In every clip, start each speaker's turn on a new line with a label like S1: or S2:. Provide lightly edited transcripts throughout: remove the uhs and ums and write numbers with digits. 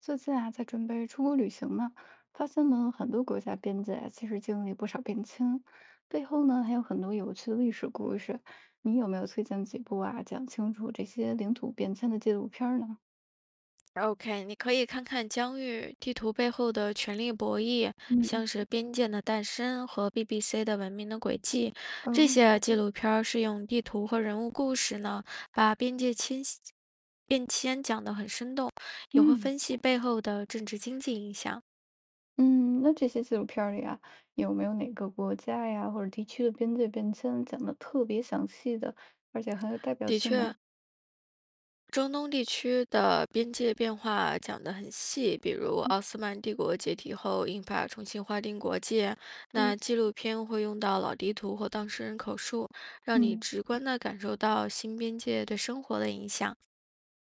S1: 最近啊，在准备出国旅行呢，发现呢，很多国家边界啊，其实经历不少变迁，背后呢还有很多有趣的历史故事。你有没有推荐几部啊，讲清楚这些领土变迁的纪录片儿呢？
S2: OK，你可以看看疆域地图背后的权力博弈，
S1: 嗯，
S2: 像是《边界的诞生》和 BBC 的《文明的轨迹》这
S1: 哦，
S2: 些纪录片，儿是用地图和人物故事呢，把边界迁徙变迁讲得很生动，也会
S1: 嗯
S2: 分析背后的政治经济影响。
S1: 嗯，那这些纪录片儿里啊，有没有哪个国家呀或者地区的边界变迁讲的特别详细的，而且很有代表
S2: 的
S1: 性
S2: 确。
S1: 呢？
S2: 中东地区的边界变化讲得很细，比
S1: 哦，
S2: 如奥斯曼帝国解体后，英法重新划定国界。
S1: 对，
S2: 那纪录片会用到老地图或当事人口述，让你
S1: 嗯
S2: 直观地感受到新边界对生活的影响。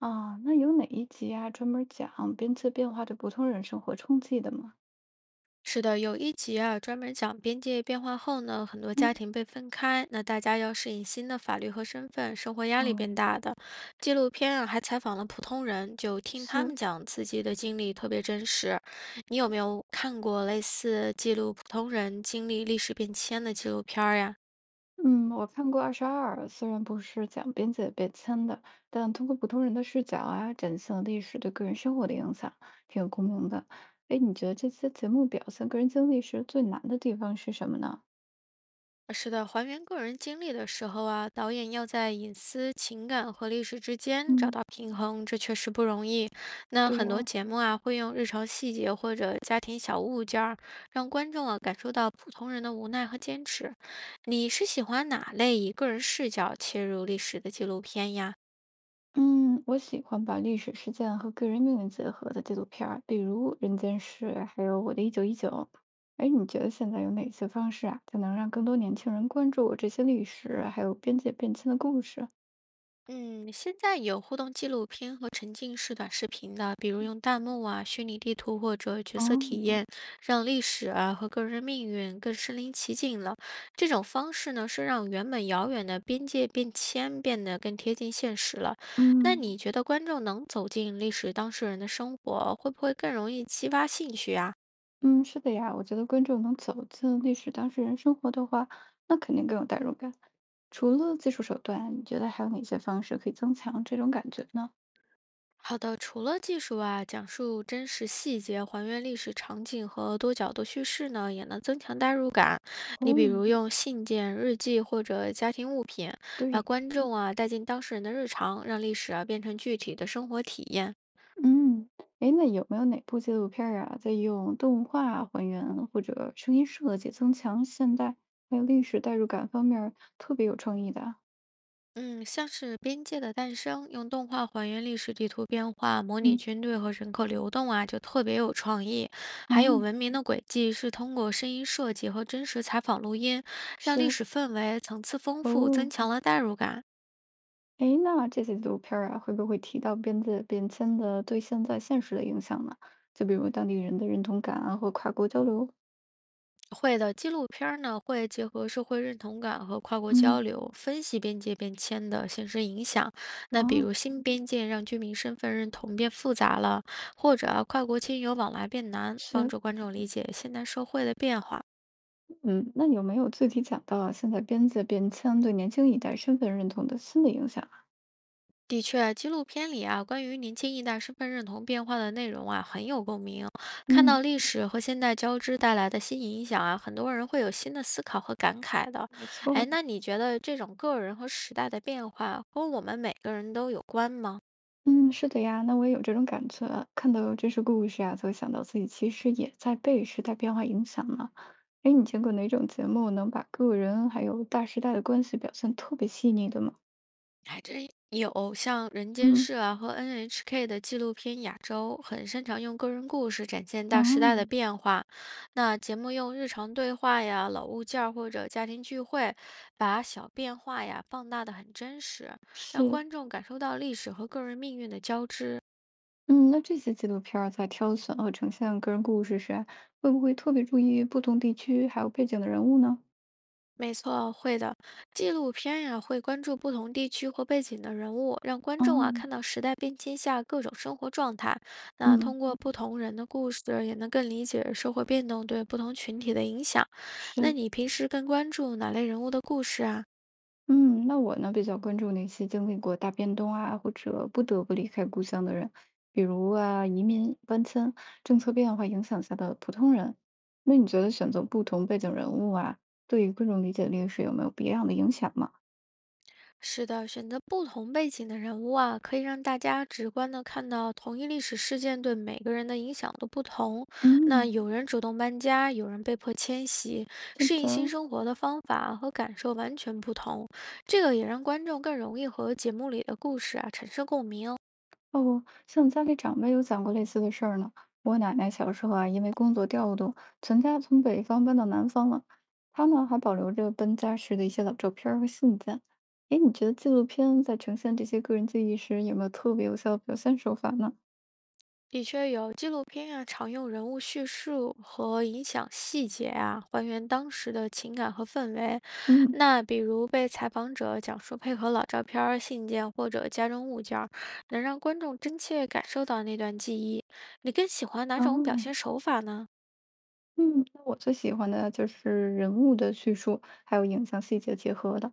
S1: 啊，那有哪一集啊专门讲边界变化对普通人生活冲击的吗？
S2: 是的，有一集啊，专门讲边界变化后呢，很多
S1: 嗯，
S2: 家庭被分开，那大家要适应新的法律和身份，生活压力变
S1: 哦，
S2: 大的。纪录片啊，还采访了普通人，就听他
S1: 是，
S2: 们讲自己的经历，特别真实。你有没有看过类似记录普通人经历历史变迁的纪录片儿呀？
S1: 嗯，我看过《二十二》，虽然不是讲边界变迁的，但通过普通人的视角啊，展现了历史对个人生活的影响，挺有共鸣的。哎，你觉得这些节目表现个人经历时最难的地方是什么呢？
S2: 是的，还原个人经历的时候啊，导演要在隐私、情感和历史之间找
S1: 嗯，
S2: 到平衡，这确实不容易。那
S1: 对
S2: 很多
S1: 哦，
S2: 节目啊，会用日常细节或者家庭小物件儿，让观众啊感受到普通人的无奈和坚持。你是喜欢哪类以个人视角切入历史的纪录片呀？
S1: 嗯，我喜欢把历史事件和个人命运结合的纪录片儿，比如《人间世》，还有《我的一九一九》。哎，你觉得现在有哪些方式啊，才能让更多年轻人关注我这些历史，还有边界变迁的故事？
S2: 嗯，现在有互动纪录片和沉浸式短视频的，比如用弹幕啊、虚拟地图或者角色
S1: 哦，
S2: 体验，让历史啊和个人命运更身临其境了。这种方式呢，是让原本遥远的边界变迁变得更贴近现实了。那
S1: 嗯
S2: 你觉得观众能走进历史当事人的生活，会不会更容易激发兴趣啊？
S1: 嗯，是的呀，我觉得观众能走进历史当事人生活的话，那肯定更有代入感。除了技术手段，你觉得还有哪些方式可以增强这种感觉呢？
S2: 好的，除了技术啊，讲述真实细节、还原历史场景和多角度叙事呢，也能增强代入感。你比
S1: 哦，
S2: 如用信件、日记或者家庭物品，把
S1: 对，
S2: 观众啊带进当事人的日常，让历史啊变成具体的生活体验。
S1: 嗯，哎，那有没有哪部纪录片儿啊，在用动画还原或者声音设计增强现代还有历史代入感方面儿特别有创意的啊。
S2: 嗯，像是《边界的诞生》，用动画还原历史地图变化，模拟
S1: 嗯，
S2: 军队和人口流动啊，就特别有创意。还有
S1: 嗯，
S2: 《文
S1: 哦
S2: 明的轨迹》是通过声音设计和真实采访录音，让历
S1: 是
S2: 史氛围层次丰富，增
S1: 哦。
S2: 强了代入感。
S1: 诶，那这些纪录片儿啊，会不会提到边界变迁的对现在现实的影响呢？就比如当地人的认同感啊，或跨国交流。
S2: 会的，纪录片儿呢会结合社会认同感和跨国交
S1: 嗯，
S2: 流，分析边界变迁的现实影响。那比
S1: 啊，
S2: 如新边界让居民身份认同变复杂了，或者啊跨国亲友往来变难，帮
S1: 是，
S2: 助观众理解现代社会的变化。
S1: 嗯，那有没有具体讲到啊，现在边界变迁对年轻一代身份认同的新的影响啊？
S2: 的确，纪录片里啊，关于年轻一代身份认同变化的内容啊，很有共鸣。看
S1: 嗯，
S2: 到历史和现代交织带来的新影响啊，很多人会有新的思考和感慨的。
S1: 没错
S2: 哎，
S1: 儿，
S2: 那你觉得这种个人和时代的变化和我们每个人都有关吗？
S1: 嗯，是的呀，那我也有这种感觉啊，看到真实故事啊，就会想到自己其实也在被时代变化影响呢。哎，你见过哪种节目能把个人还有大时代的关系表现特别细腻的吗？
S2: 还真有，像《人间
S1: 嗯。
S2: 世》啊和 NHK 的纪录片《亚洲》，很擅长用个人故事展现
S1: 啊，
S2: 大时代的变化。那节目用日常对话呀、老物件儿或者家庭聚会，把小变化呀放大的很真实，让
S1: 是，
S2: 观众感受到历史和个人命运的交织。
S1: 嗯，那这些纪录片儿在挑选和呈现个人故事时啊，会不会特别注意不同地区还有背景的人物呢？
S2: 没错，会的。纪录片呀、会关注不同地区或背景的人物，让观
S1: 啊，
S2: 众啊看到时代变迁下各种生活状态。那
S1: 嗯，
S2: 通过不同人的故事，也能更理解社会变动对不同群体的影响。那
S1: 是，
S2: 你平时更关注哪类人物的故事啊？
S1: 嗯，那我呢比较关注那些经历过大变动啊，或者不得不离开故乡的人，比如啊移民、搬迁、政策变化影响下的普通人。那你觉得选择不同背景人物啊，对于观众理解历史有没有别样的影响吗？
S2: 是的，选择不同背景的人物啊，可以让大家直观的看到同一历史事件对每个人的影响都不同。那
S1: 嗯，
S2: 有人主动搬家，有人被迫迁徙，
S1: 是
S2: 适应新
S1: 的。
S2: 生活的方法和感受完全不同。这个也让观众更容易和节目里的故事啊产生共鸣。
S1: 哦，像家里长辈有讲过类似的事儿呢。我奶奶小时候啊，因为工作调动，全家从北方搬到南方了。她呢，还保留着搬家时的一些老照片儿和信件。诶，你觉得纪录片在呈现这些个人记忆时，有没有特别有效的表现手法呢？
S2: 的确有纪录片啊，常用人物叙述和影响细节啊，还原当时的情感和氛围。
S1: 嗯，
S2: 那比如被采访者讲述配合老照片儿、信件或者家中物件儿，能让观众真切感受到那段记忆。你更喜欢哪种表
S1: 哦，
S2: 现手法呢？
S1: 嗯，那我最喜欢的就是人物的叙述，还有影像细节结合的。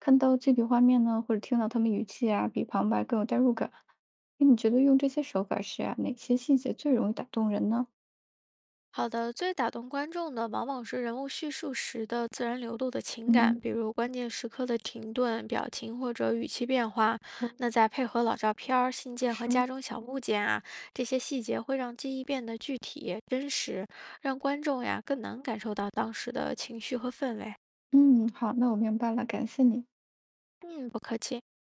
S1: 看到具体画面呢，或者听到他们语气啊，比旁白更有代入感。哎，你觉得用这些手法时啊，哪些细节最容易打动人呢？
S2: 好的，最打动观众的往往是人物叙述时的自然流露的情
S1: 嗯，
S2: 感，
S1: 嗯
S2: 比如关键时刻的停顿、表情或者语气变化。
S1: 我
S2: 那再配合老照片儿、信件和家
S1: 是，
S2: 中小物件啊，这些细节会让记忆变得具体、真实，让观众呀更能感受到当时的情绪和氛围。
S1: 嗯，好，那我明白了，感谢你。
S2: 嗯，不客气。